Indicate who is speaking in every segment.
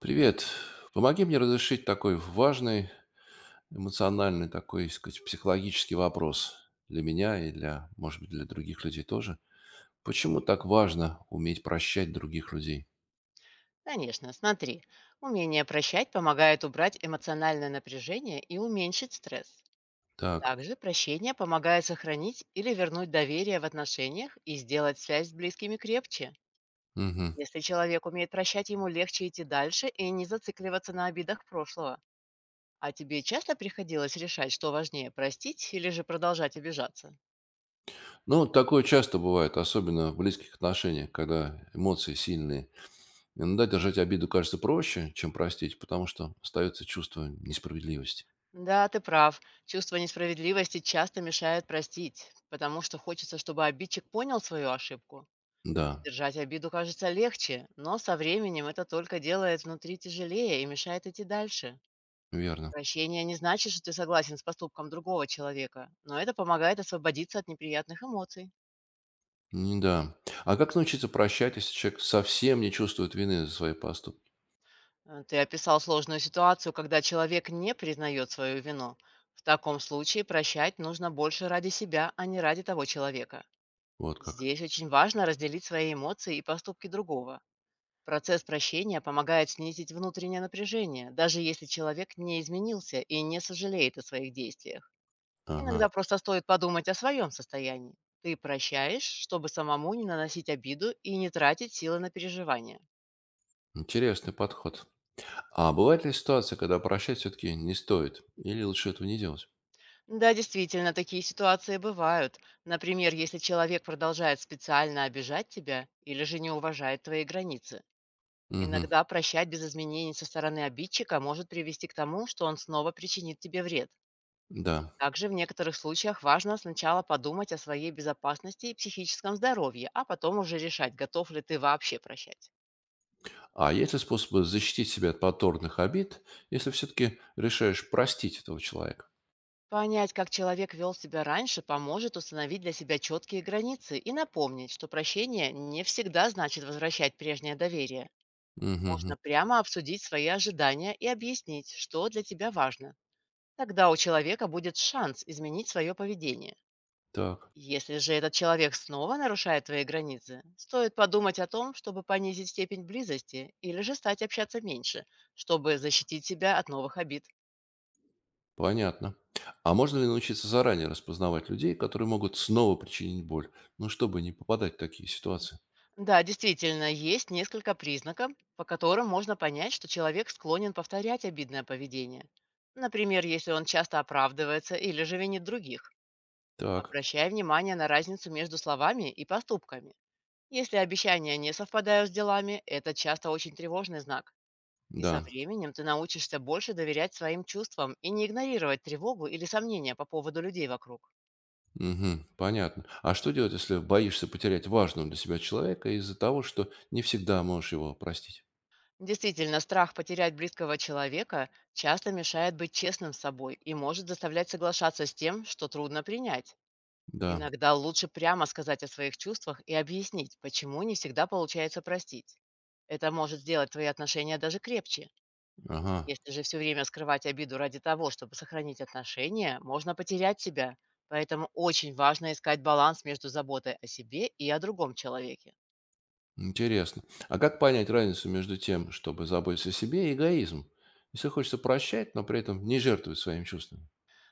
Speaker 1: Привет. Помоги мне разрешить такой важный, эмоциональный, такой, сказать, психологический вопрос для меня и для, может быть, для других людей тоже. Почему так важно уметь прощать других людей?
Speaker 2: Конечно, смотри. Умение прощать помогает убрать эмоциональное напряжение и уменьшить стресс.
Speaker 1: Так.
Speaker 2: Также прощение помогает сохранить или вернуть доверие в отношениях и сделать связь с близкими крепче.
Speaker 1: Мгм.
Speaker 2: Если человек умеет прощать, ему легче идти дальше и не зацикливаться на обидах прошлого. А тебе часто приходилось решать, что важнее, простить или же продолжать обижаться?
Speaker 1: Ну, вот такое часто бывает, особенно в близких отношениях, когда эмоции сильные. Иногда держать обиду кажется проще, чем простить, потому что остается чувство несправедливости.
Speaker 2: Да, ты прав. Чувство несправедливости часто мешает простить, потому что хочется, чтобы обидчик понял свою ошибку.
Speaker 1: Да,
Speaker 2: Держать обиду кажется легче, но со временем это только делает внутри тяжелее и мешает идти дальше.
Speaker 1: верно.
Speaker 2: Прощение не значит, что ты согласен с поступком другого человека, но это помогает освободиться от неприятных эмоций.
Speaker 1: Да. А как научиться прощать, если человек совсем не чувствует вины за свои поступки?
Speaker 2: Ты описал сложную ситуацию, когда человек не признает свою вину. В таком случае прощать нужно больше ради себя, а не ради того человека.
Speaker 1: Вот как.
Speaker 2: Здесь очень важно разделить свои эмоции и поступки другого. Процесс прощения помогает снизить внутреннее напряжение, даже если человек не изменился и не сожалеет о своих действиях.
Speaker 1: Ага.
Speaker 2: Иногда просто стоит подумать о своем состоянии. Ты прощаешь, чтобы самому не наносить обиду и не тратить силы на переживания.
Speaker 1: Интересный подход. А бывает ли ситуация, когда прощать все-таки не стоит? Или лучше этого не делать?
Speaker 2: Да, действительно, такие ситуации бывают. Например, если человек продолжает специально обижать тебя или же не уважает твои границы.
Speaker 1: Угу.
Speaker 2: Иногда прощать без изменений со стороны обидчика может привести к тому, что он снова причинит тебе вред.
Speaker 1: Да.
Speaker 2: Также в некоторых случаях важно сначала подумать о своей безопасности и психическом здоровье, а потом уже решать, готов ли ты вообще прощать.
Speaker 1: А есть ли способы защитить себя от повторных обид, если все-таки решаешь простить этого человека?
Speaker 2: Понять, как человек вел себя раньше, поможет установить для себя четкие границы и напомнить, что прощение не всегда значит возвращать прежнее доверие.
Speaker 1: Угу.
Speaker 2: Можно прямо обсудить свои ожидания и объяснить, что для тебя важно. Тогда у человека будет шанс изменить свое поведение.
Speaker 1: Так,
Speaker 2: Если же этот человек снова нарушает твои границы, стоит подумать о том, чтобы понизить степень близости или же стать общаться меньше, чтобы защитить себя от новых обид.
Speaker 1: понятно. А можно ли научиться заранее распознавать людей, которые могут снова причинить боль? Ну, чтобы не попадать в такие ситуации.
Speaker 2: Да, действительно, есть несколько признаков, по которым можно понять, что человек склонен повторять обидное поведение. Например, если он часто оправдывается или же винит других.
Speaker 1: Так,
Speaker 2: Обращай внимание на разницу между словами и поступками. Если обещания не совпадают с делами, это часто очень тревожный знак. И со
Speaker 1: да.
Speaker 2: временем ты научишься больше доверять своим чувствам и не игнорировать тревогу или сомнения по поводу людей вокруг.
Speaker 1: Мгм. Понятно. А что делать, если боишься потерять важного для себя человека из-за того, что не всегда можешь его простить?
Speaker 2: Действительно, страх потерять близкого человека часто мешает быть честным с собой и может заставлять соглашаться с тем, что трудно принять.
Speaker 1: Да.
Speaker 2: Иногда лучше прямо сказать о своих чувствах и объяснить, почему не всегда получается простить. Это может сделать твои отношения даже крепче.
Speaker 1: Ага.
Speaker 2: Если же все время скрывать обиду ради того, чтобы сохранить отношения, можно потерять себя. Поэтому очень важно искать баланс между заботой о себе и о другом человеке.
Speaker 1: Интересно. А как понять разницу между тем, чтобы заботиться о себе, и эгоизм? Если хочется прощать, но при этом не жертвовать своими чувствами.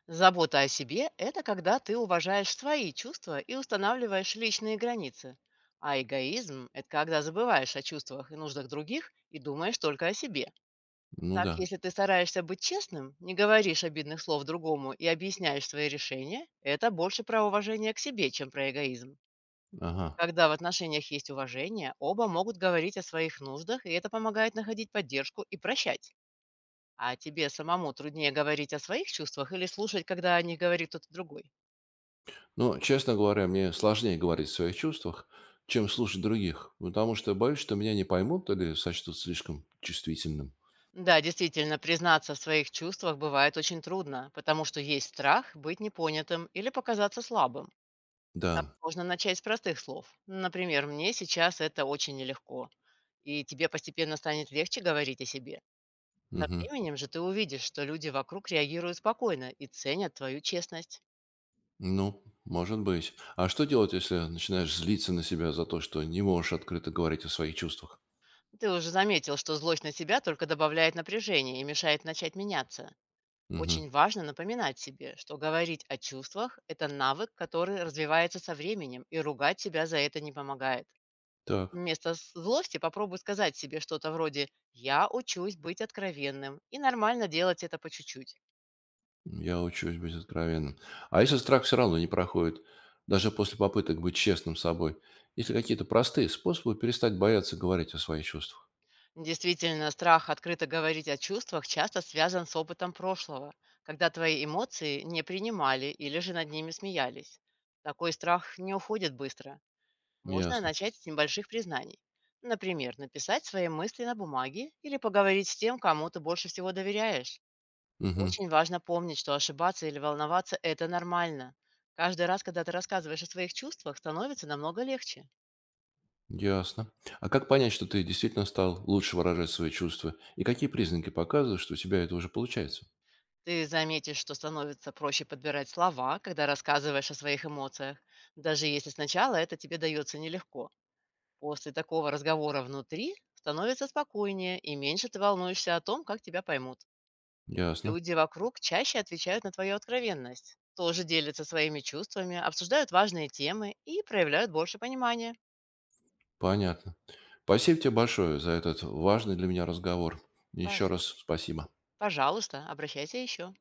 Speaker 2: Забота о себе– это когда ты уважаешь свои чувства и устанавливаешь личные границы. А эгоизм– это когда забываешь о чувствах и нуждах других и думаешь только о себе.
Speaker 1: Ну
Speaker 2: Так,
Speaker 1: да.
Speaker 2: если ты стараешься быть честным, не говоришь обидных слов другому и объясняешь свои решения, это больше про уважение к себе, чем про эгоизм.
Speaker 1: Ага.
Speaker 2: Когда в отношениях есть уважение, оба могут говорить о своих нуждах, и это помогает находить поддержку и прощать. А тебе самому труднее говорить о своих чувствах или слушать, когда о них говорит кто-то другой?
Speaker 1: Ну, честно говоря, мне сложнее говорить о своих чувствах, чем слушать других, потому что боюсь, что меня не поймут или сочтут слишком чувствительным.
Speaker 2: Да, действительно, признаться в своих чувствах бывает очень трудно, потому что есть страх быть непонятым или показаться слабым. Так
Speaker 1: Да.
Speaker 2: можно начать с простых слов. Например, «мне сейчас это очень нелегко», и тебе постепенно станет легче говорить о себе. Со
Speaker 1: Мгм.
Speaker 2: временем же ты увидишь, что люди вокруг реагируют спокойно и ценят твою честность.
Speaker 1: Ну, может быть. А что делать, если начинаешь злиться на себя за то, что не можешь открыто говорить о своих чувствах?
Speaker 2: Ты уже заметил, что злость на себя только добавляет напряжение и мешает начать меняться.
Speaker 1: Мгм.
Speaker 2: Очень важно напоминать себе, что говорить о чувствах– это навык, который развивается со временем, и ругать себя за это не помогает.
Speaker 1: Так,
Speaker 2: Злости попробуй сказать себе что-то вроде «Я учусь быть откровенным, и нормально делать это по чуть-чуть».
Speaker 1: я учусь быть откровенным. А если страх все равно не проходит, даже после попыток быть честным с собой, есть ли какие-то простые способы перестать бояться говорить о своих чувствах?
Speaker 2: Действительно, страх открыто говорить о чувствах часто связан с опытом прошлого, когда твои эмоции не принимали или же над ними смеялись. Такой страх не уходит быстро. Можно
Speaker 1: Ясно.
Speaker 2: начать с небольших признаний. Например, написать свои мысли на бумаге или поговорить с тем, кому ты больше всего доверяешь.
Speaker 1: Мгм.
Speaker 2: Очень важно помнить, что ошибаться или волноваться– это нормально. Каждый раз, когда ты рассказываешь о своих чувствах, становится намного легче.
Speaker 1: Ясно. А как понять, что ты действительно стал лучше выражать свои чувства? И какие признаки показывают, что у тебя это уже получается?
Speaker 2: Ты заметишь, что становится проще подбирать слова, когда рассказываешь о своих эмоциях, даже если сначала это тебе дается нелегко. После такого разговора внутри становится спокойнее и меньше ты волнуешься о том, как тебя поймут.
Speaker 1: Ясно.
Speaker 2: Люди вокруг чаще отвечают на твою откровенность, тоже делятся своими чувствами, обсуждают важные темы и проявляют больше понимания.
Speaker 1: Понятно. Спасибо тебе большое за этот важный для меня разговор. Еще
Speaker 2: Пож-
Speaker 1: раз спасибо.
Speaker 2: Пожалуйста, обращайся еще.